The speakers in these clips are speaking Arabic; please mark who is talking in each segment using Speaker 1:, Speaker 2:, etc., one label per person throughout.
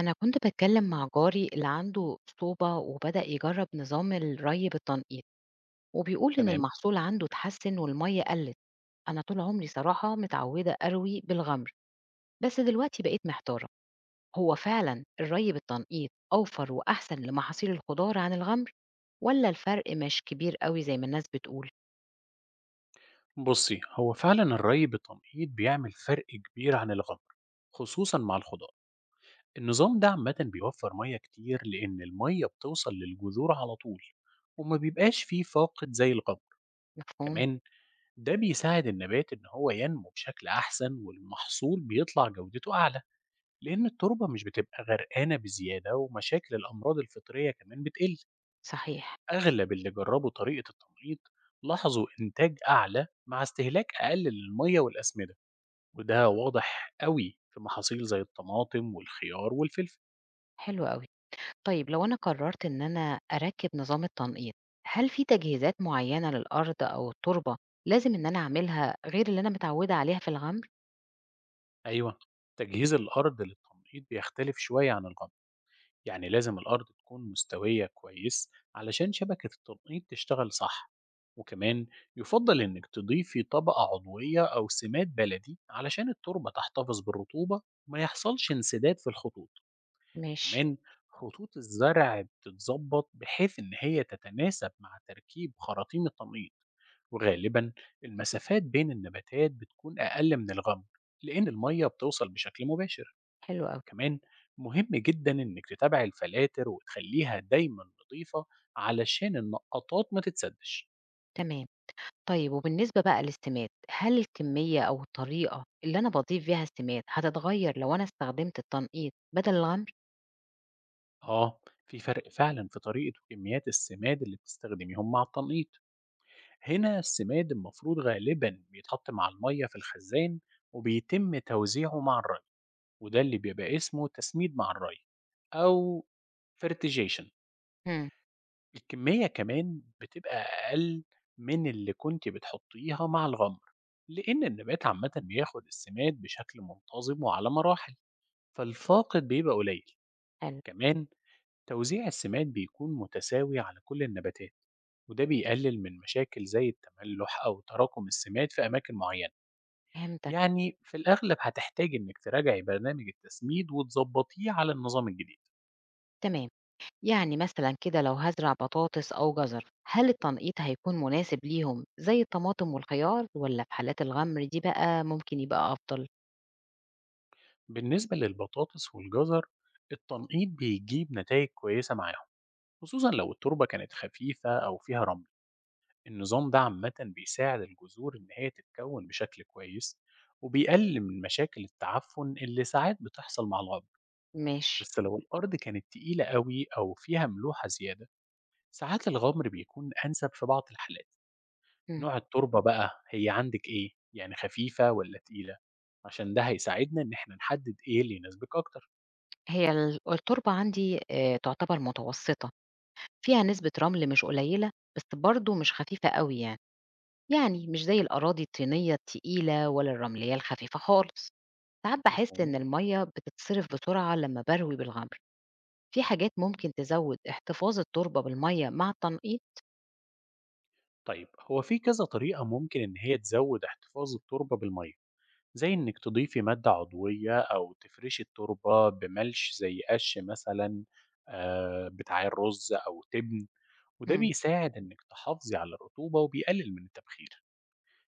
Speaker 1: أنا كنت بتكلم مع جاري اللي عنده صوبة وبدأ يجرب نظام الري بالتنقيط وبيقول إن
Speaker 2: تمام.
Speaker 1: المحصول عنده اتحسن والمية قلت. أنا طول عمري صراحة متعودة أروي بالغمر، بس دلوقتي بقيت محتارة. هو فعلا الري بالتنقيط أوفر وأحسن لمحاصيل الخضار عن الغمر، ولا الفرق مش كبير قوي زي ما الناس بتقول؟
Speaker 2: بصي، هو فعلا الري بالتنقيط بيعمل فرق كبير عن الغمر، خصوصا مع الخضار. النظام ده عامة بيوفر مية كتير لأن المية بتوصل للجذور على طول وما بيبقاش فيه فاقد زي الغمر.
Speaker 1: مفهوم.
Speaker 2: كمان ده بيساعد النبات إن هو ينمو بشكل أحسن والمحصول بيطلع جودته أعلى، لأن التربة مش بتبقى غرقانة بزيادة، ومشاكل الأمراض الفطرية كمان بتقل.
Speaker 1: صحيح.
Speaker 2: أغلب اللي جربوا طريقة التنقيط لاحظوا إنتاج أعلى مع استهلاك أقل للمية والأسمدة، وده واضح قوي في محاصيل زي الطماطم والخيار والفلفل.
Speaker 1: حلو قوي. طيب لو أنا قررت إن أنا أركب نظام التنقيط، هل في تجهيزات معينة للأرض أو التربة لازم إن أنا أعملها غير اللي أنا متعودة عليها في الغمر؟
Speaker 2: أيوة، تجهيز الأرض للتنقيط بيختلف شوية عن الغم. يعني لازم الأرض تكون مستوية كويس علشان شبكة التنقيط تشتغل صح. وكمان يفضل إنك تضيفي طبقة عضوية أو سماد بلدي علشان التربة تحتفظ بالرطوبة وما يحصلش انسداد في الخطوط.
Speaker 1: ماشي،
Speaker 2: كمان خطوط الزرع بتتظبط بحيث إن هي تتناسب مع تركيب خراطيم التنقيط، وغالبا المسافات بين النباتات بتكون أقل من الغمر لأن المية بتوصل بشكل مباشر.
Speaker 1: حلو أوي،
Speaker 2: كمان مهم جدا إنك تتابع الفلاتر وتخليها دايما نظيفة علشان النقطات ما تتسدش.
Speaker 1: تمام. طيب وبالنسبة بقى للسماد، هل الكمية أو الطريقة اللي أنا باضيف بيها السماد هتتغير لو أنا استخدمت التنقيط بدل الغمر؟
Speaker 2: آه، في فرق فعلا في طريقة وكميات السماد اللي بتستخدميهم مع التنقيط. هنا السماد المفروض غالبا بيتحط مع المية في الخزان وبيتم توزيعه مع الري، وده اللي بيبقى اسمه تسميد مع الري، أو fertigation.
Speaker 1: امم.
Speaker 2: الكمية كمان بتبقى أقل من اللي كنت بتحطيها مع الغمر، لأن النبات عامة بياخد السماد بشكل منتظم وعلى مراحل، فالفاقد بيبقى قليل.
Speaker 1: حلو،
Speaker 2: كمان توزيع السماد بيكون متساوي على كل النباتات، وده بيقلل من مشاكل زي التملح أو تراكم السماد في أماكن معينة.
Speaker 1: فهمتك،
Speaker 2: يعني في الأغلب هتحتاج إنك تراجعي برنامج التسميد وتظبطيه على النظام الجديد.
Speaker 1: تمام. يعني مثلا كده لو هزرع بطاطس أو جزر هل التنقيط هيكون مناسب ليهم زي الطماطم والخيار، ولا في حالات الغمر دي بقى ممكن يبقى أفضل؟
Speaker 2: بالنسبة للبطاطس والجزر، التنقيط بيجيب نتائج كويسة معاهم، خصوصا لو التربة كانت خفيفة أو فيها رمل. النظام ده عامة بيساعد الجذور إن هي تتكون بشكل كويس، وبيقلل من مشاكل التعفن اللي ساعات بتحصل مع الغابة.
Speaker 1: ماشي.
Speaker 2: بس لو الأرض كانت تقيلة أوي أو فيها ملوحة زيادة، ساعات الغمر بيكون أنسب في بعض الحالات.
Speaker 1: مم.
Speaker 2: نوع التربة بقى هي عندك إيه؟ يعني خفيفة ولا تقيلة؟ عشان ده هيساعدنا إن إحنا نحدد إيه اللي يناسبك أكتر.
Speaker 1: هي التربة عندي آه، تعتبر متوسطة، فيها نسبة رمل مش قليلة، بس برضو مش خفيفة قوي يعني. يعني مش زي الأراضي الطينية التقيلة ولا الرملية الخفيفة خالص. ساعات بحس
Speaker 2: مفهوم؟
Speaker 1: إن المية بتتصرف بسرعة لما بروي بالغمر. في حاجات ممكن تزود احتفاظ التربة بالمية مع التنقيط؟
Speaker 2: طيب، هو في كذا طريقة ممكن إن هي تزود احتفاظ التربة بالمية، زي إنك تضيفي مادة عضوية أو تفرشي التربة بملش زي قش مثلا، آه، بتاع الرز أو تبن. وده
Speaker 1: مم.
Speaker 2: بيساعد إنك تحافظي على الرطوبة وبيقلل من التبخير.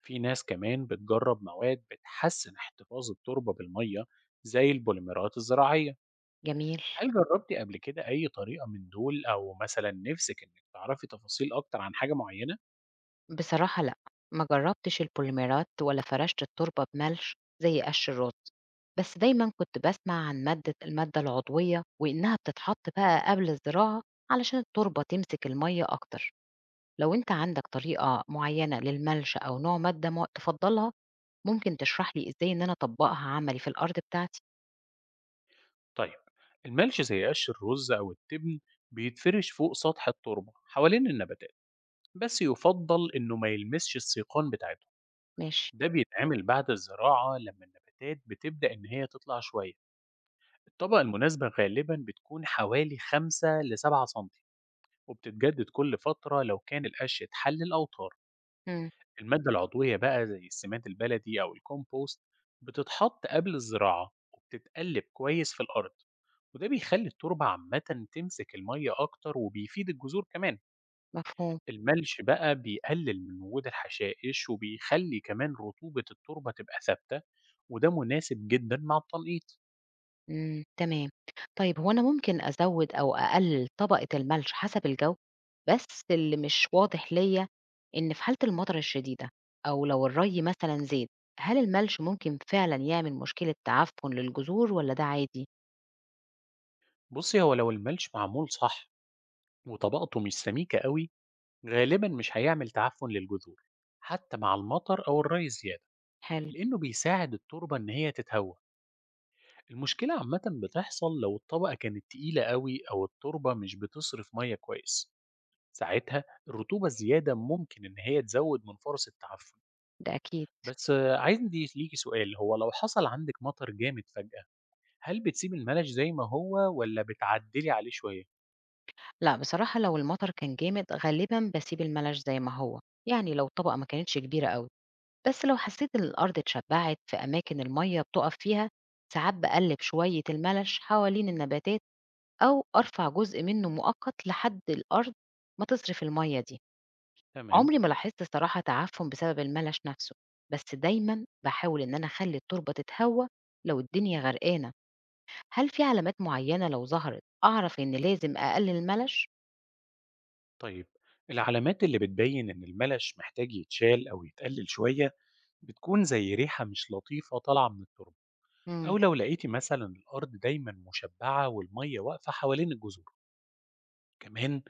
Speaker 2: في ناس كمان بتجرب مواد بتحسن احتفاظ التربة بالمية، زي البوليمرات الزراعية.
Speaker 1: جميل.
Speaker 2: هل جربتي قبل كده أي طريقة من دول، أو مثلا نفسك إنك تعرفي تفاصيل أكتر عن حاجة معينة؟
Speaker 1: بصراحة لأ، ما جرّبتش البوليمرات ولا فرشت التربة بملْح زي قَش الرز، بس دايمًا كنت باسمع عن المادة العضوية وإنها بتتحط بقى قبل الزراعة علشان التربة تمسك المَيّة أكتر. لو أنت عندك طريقة معيّنة للملْش أو نوع مادة م تفضّلها، ممكن تشرح لي إزاي إن أنا أطبّقها عملي في الأرض بتاعتي؟
Speaker 2: طيب، الملش زي قش الرز أو التبن بيتفرش فوق سطح التربة حوالين النباتات، بس يفضل إنه ما يلمسش السيقان بتاعته.
Speaker 1: ماشي.
Speaker 2: ده بيتعمل بعد الزراعة لما النباتات بتبدأ إن هي تطلع شوية. الطبقة المناسبة غالبا بتكون حوالي 5 ل 7 سم، وبتتجدد كل فترة لو كان القش اتحل الأوتار.
Speaker 1: إمم،
Speaker 2: المادة العضوية بقى زي السماد البلدي أو الكومبوست بتتحط قبل الزراعة وبتتقلب كويس في الأرض، وده بيخلي التربة عامة تمسك المية أكتر وبيفيد الجذور كمان.
Speaker 1: مفهوم.
Speaker 2: الملش بقى بيقلل من وجود الحشائش وبيخلي كمان رطوبة التربة تبقى ثابتة، وده مناسب جدا مع التنقيط.
Speaker 1: إمم، تمام. طيب هو أنا ممكن أزوّد أو أقلِّل طبقة الملح حسب الجو، بس اللي مش واضح ليّا، إن في حالة المطر الشديدة أو لو الري مثلًا زاد، هل الملح ممكن فعلًا يعمل مشكلة تعفن للجذور والّا ده عادي؟
Speaker 2: بصي، هو لو الملش معمول صح وطبقته مش سميكة قوي، غالبا مش هيعمل تعفن للجذور حتى مع المطر أو الري الزيادة،
Speaker 1: حلو،
Speaker 2: لأنه بيساعد التربة إن هي تتهوى. المشكلة عامة بتحصل لو الطبقة كانت تقيلة قوي أو التربة مش بتصرف مية كويس، ساعتها الرطوبة الزيادة ممكن إن هي تزود من فرص التعفن.
Speaker 1: ده أكيد.
Speaker 2: بس آه، عايز دي ليكي سؤال، هو لو حصل عندك مطر جامد فجأة، هل بتسيب الملش زي ما هو ولا بتعدلي عليه شوية؟
Speaker 1: لأ، بصراحة لو المطر كان جامد غالبًا باسيب الملح زي ما هو، يعني لو الطبقة ما كانتش كبيرة أوي، بس لو حسيت إن الأرض اتشبعت في أماكن المَيّة بتُقف فيها، ساعات باقلِّب شوية الملح حوالين النباتات أو أرفع جزء منه مؤقت لحد الأرض ما تصرف المية دي.
Speaker 2: تمام.
Speaker 1: عمري ما لاحظت صراحة تعفن بسبب الملش نفسه، بس دايما بحاول إن أنا أخلي التربة تتهوى لو الدنيا غرقانة. هل في علامات معينة لو ظهرت أعرف إن لازم أقلل الملش؟
Speaker 2: طيب، العلامات اللي بتبين إن الملش محتاج يتشال أو يتقلل شوية بتكون زي ريحة مش لطيفة طالعة من التربة،
Speaker 1: امم.
Speaker 2: أو لو لقيتي مثلا الأرض دايما مشبعة والمية واقفة حوالين الجذور. كمان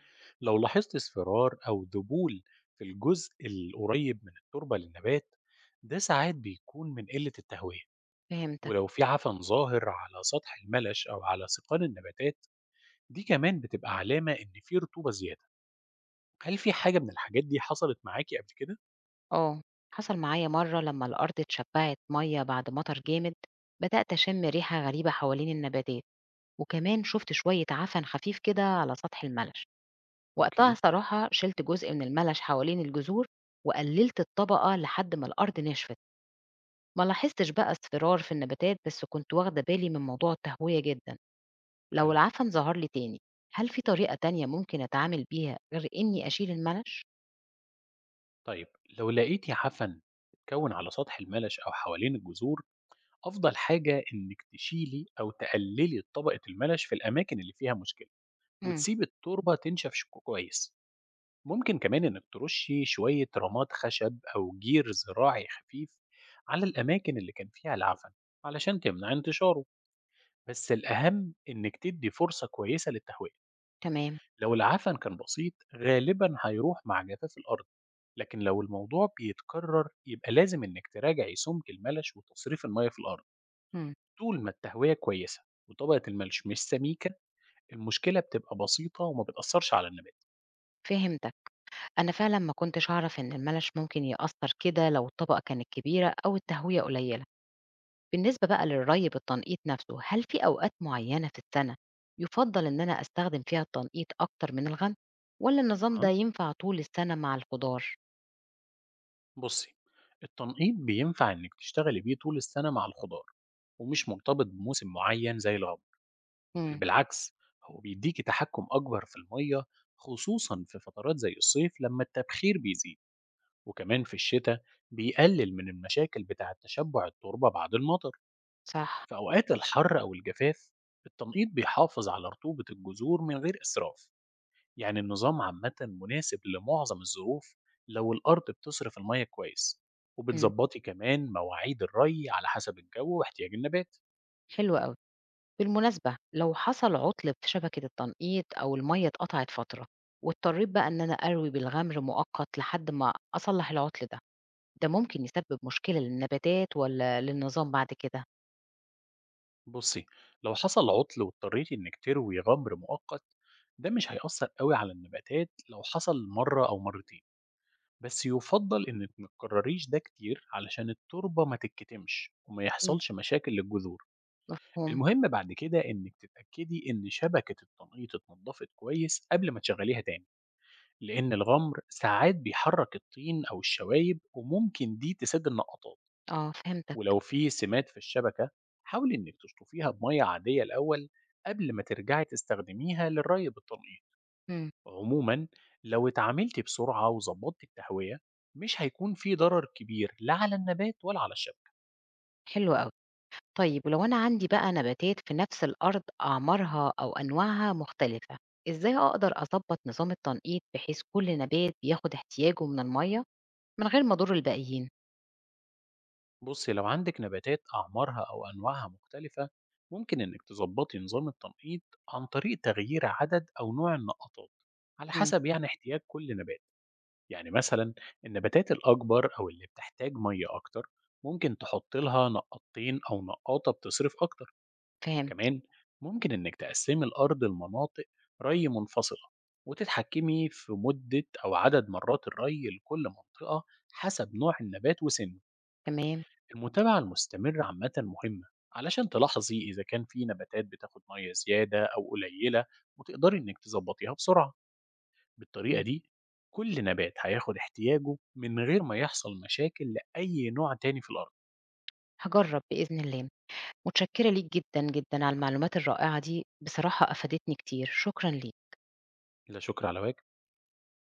Speaker 2: لو لاحظت اصفرار أو ذبول في الجزء القريب من التربة للنبات، ده ساعات بيكون من قلة التهوية.
Speaker 1: فهمتك.
Speaker 2: ولو في عفن ظاهر على سطح الملش أو على سيقان النباتات، دي كمان بتبقى علامة إن في رطوبة زيادة. هل في حاجة من الحاجات دي حصلت معاكي قبل كده؟
Speaker 1: اه، حصل معايا مرة لما الأرض اتشبعت مية بعد مطر جامد، بدأت أشم ريحة غريبة حوالين النباتات، وكمان شفت شوية عفن خفيف كده على سطح الملش. وقتها
Speaker 2: أوكي.
Speaker 1: صراحة شِلت جزء من المَلَش حوالين الجذور، وقلّلت الطبقة لحد ما الأرض نشفت، ما لاحظتش بقى اصفرار في النباتات بس كنت واخدة بالي من موضوع التهوية جدًا. لو
Speaker 2: حلو.
Speaker 1: العفن ظهر لي تاني، هل في طريقة تانية ممكن أتعامل بيها غير إني أشيل المَلَش؟
Speaker 2: طيب، لو لقيتي عفن اتكون على سطح الملش أو حوالين الجذور، أفضل حاجة إنك تشيلي أو تقللي طبقة الملش في الأماكن اللي فيها مشكلة،
Speaker 1: إمم،
Speaker 2: وتسيب التربة تنشف كويس. ممكن كمان إنك ترشي شوية رماد خشب أو جير زراعي خفيف على الأماكن اللي كان فيها العفن علشان تمنع انتشاره، بس الأهم إنك تدي فرصة كويسة للتهوية.
Speaker 1: تمام،
Speaker 2: لو العفن كان بسيط غالبا هيروح مع جفاف الأرض، لكن لو الموضوع بيتكرر يبقى لازم إنك تراجعي سمك الملش وتصريف المية في الأرض.
Speaker 1: إمم،
Speaker 2: طول ما التهوية كويسة وطبقة الملش مش سميكة، المشكلة بتبقى بسيطة وما بتأثرش على النبات.
Speaker 1: فهمتك. أنا فعلًا ما كنتش أعرف إن المَلَش ممكن يأثّر كده لو الطبقة كانت كبيرة أو التهوية قليلة. بالنسبة بقى للري بالتنقيط نفسه، هل في أوقات معيّنة في السنة يُفضّل إن أنا أستخدم فيها التنقيط أكتر من الغَمْس، والّا النظام ده
Speaker 2: أها.
Speaker 1: ينفع طول السنة مع الخضار؟
Speaker 2: بصي، التنقيط بينفع إنك تشتغلي بيه طول السنة مع الخضار، ومش مرتبط بموسم معين زي الغم. بل
Speaker 1: إمم،
Speaker 2: بالعكس، هو بيديكي تحكم أكبر في المية، خصوصا في فترات زي الصيف لما التبخير بيزيد. وكمان في الشتاء بيقلل من المشاكل بتاعة تشبع التربة بعد المطر.
Speaker 1: صح،
Speaker 2: في أوقات الحر أو الجفاف، التنقيط بيحافظ على رطوبة الجذور من غير إسراف. يعني النظام عامة مناسب لمعظم الظروف لو الأرض بتصرف المية كويس،
Speaker 1: إمم،
Speaker 2: وبتظبطي كمان مواعيد الري على حسب الجو واحتياج النبات.
Speaker 1: حلو أوي. بالمناسبة لو حصل عُطْل في شبكة التنقيط أو المَيّة اتقطعت فترة، واضطريت بقى إن أنا أروي بالغَمْر مؤقت لحد ما أصلّح العُطْل ده، ده ممكن يسبب مشكلة للنباتات والّا للنظام بعد كده؟
Speaker 2: بصي، لو حصل عطل واضطريتي إنك تروي غمر مؤقت، ده مش هيأثر قوي على النباتات لو حصل مرة أو مرتين، بس يُفضّل إنِّك ما تكرّريش ده كتير علشان التربة ما تتكتمش وما
Speaker 1: إمم،
Speaker 2: يحصلش مشاكل للجذور.
Speaker 1: مفهوم،
Speaker 2: المهم بعد كده إنِّك تتأكدي إن شبكة التنقيط اتنضّفت كويس قبل ما تشغّليها تاني، لإن الغمر ساعات بيحرّك الطين أو الشوايب وممكن دي تسد النقطات.
Speaker 1: آه فهمتك،
Speaker 2: ولو في سمات في الشبكة، حاولي إنِّك تشطفيها بمَيّة عادية الأول قبل ما ترجعي تستخدميها للري بالتنقيط.
Speaker 1: إمم،
Speaker 2: عموما لو اتعاملتي بسرعة وظبطتي التهوية، مش هيكون في ضرر كبير لا على النبات ولا على الشبكة.
Speaker 1: حلو أوي. طيب ولو أنا عندي بقى نباتات في نفس الأرض أعمارها أو أنواعها مختلفة، إزاي أقدر أظبط نظام التنقيط بحيث كل نبات بياخد احتياجه من المية من غير ما أضر الباقيين؟
Speaker 2: بصي، لو عندك نباتات أعمارها أو أنواعها مختلفة، ممكن إنك تظبطي نظام التنقيط عن طريق تغيير عدد أو نوع النقاطات على
Speaker 1: مم.
Speaker 2: حسب يعني احتياج كل نبات. يعني مثلا النباتات الأكبر أو اللي بتحتاج مية أكتر، ممكن تحط لها نقاطين أو نقاطة بتصرف أكتر.
Speaker 1: فهمت،
Speaker 2: كمان ممكن إنك تقسمي الأرض لمناطق ري منفصلة، وتتحكمي في مدة أو عدد مرات الري لكل منطقة حسب نوع النبات وسنه.
Speaker 1: تمام،
Speaker 2: المتابعة المستمرة عامة مهمة علشان تلاحظي إذا كان في نباتات بتاخد مية زيادة أو قليلة وتقدري إنك تظبطيها بسرعة. بالطريقة
Speaker 1: مم.
Speaker 2: دي كل نبات هياخد احتياجه من غير ما يحصل مشاكل لأي نوع تاني في الأرض.
Speaker 1: هجرب بإذن الله، متشكرة ليك جدا جدا على المعلومات الرائعة دي، بصراحة أفادتني كتير، شكرا ليك.
Speaker 2: لا شكر على واجب.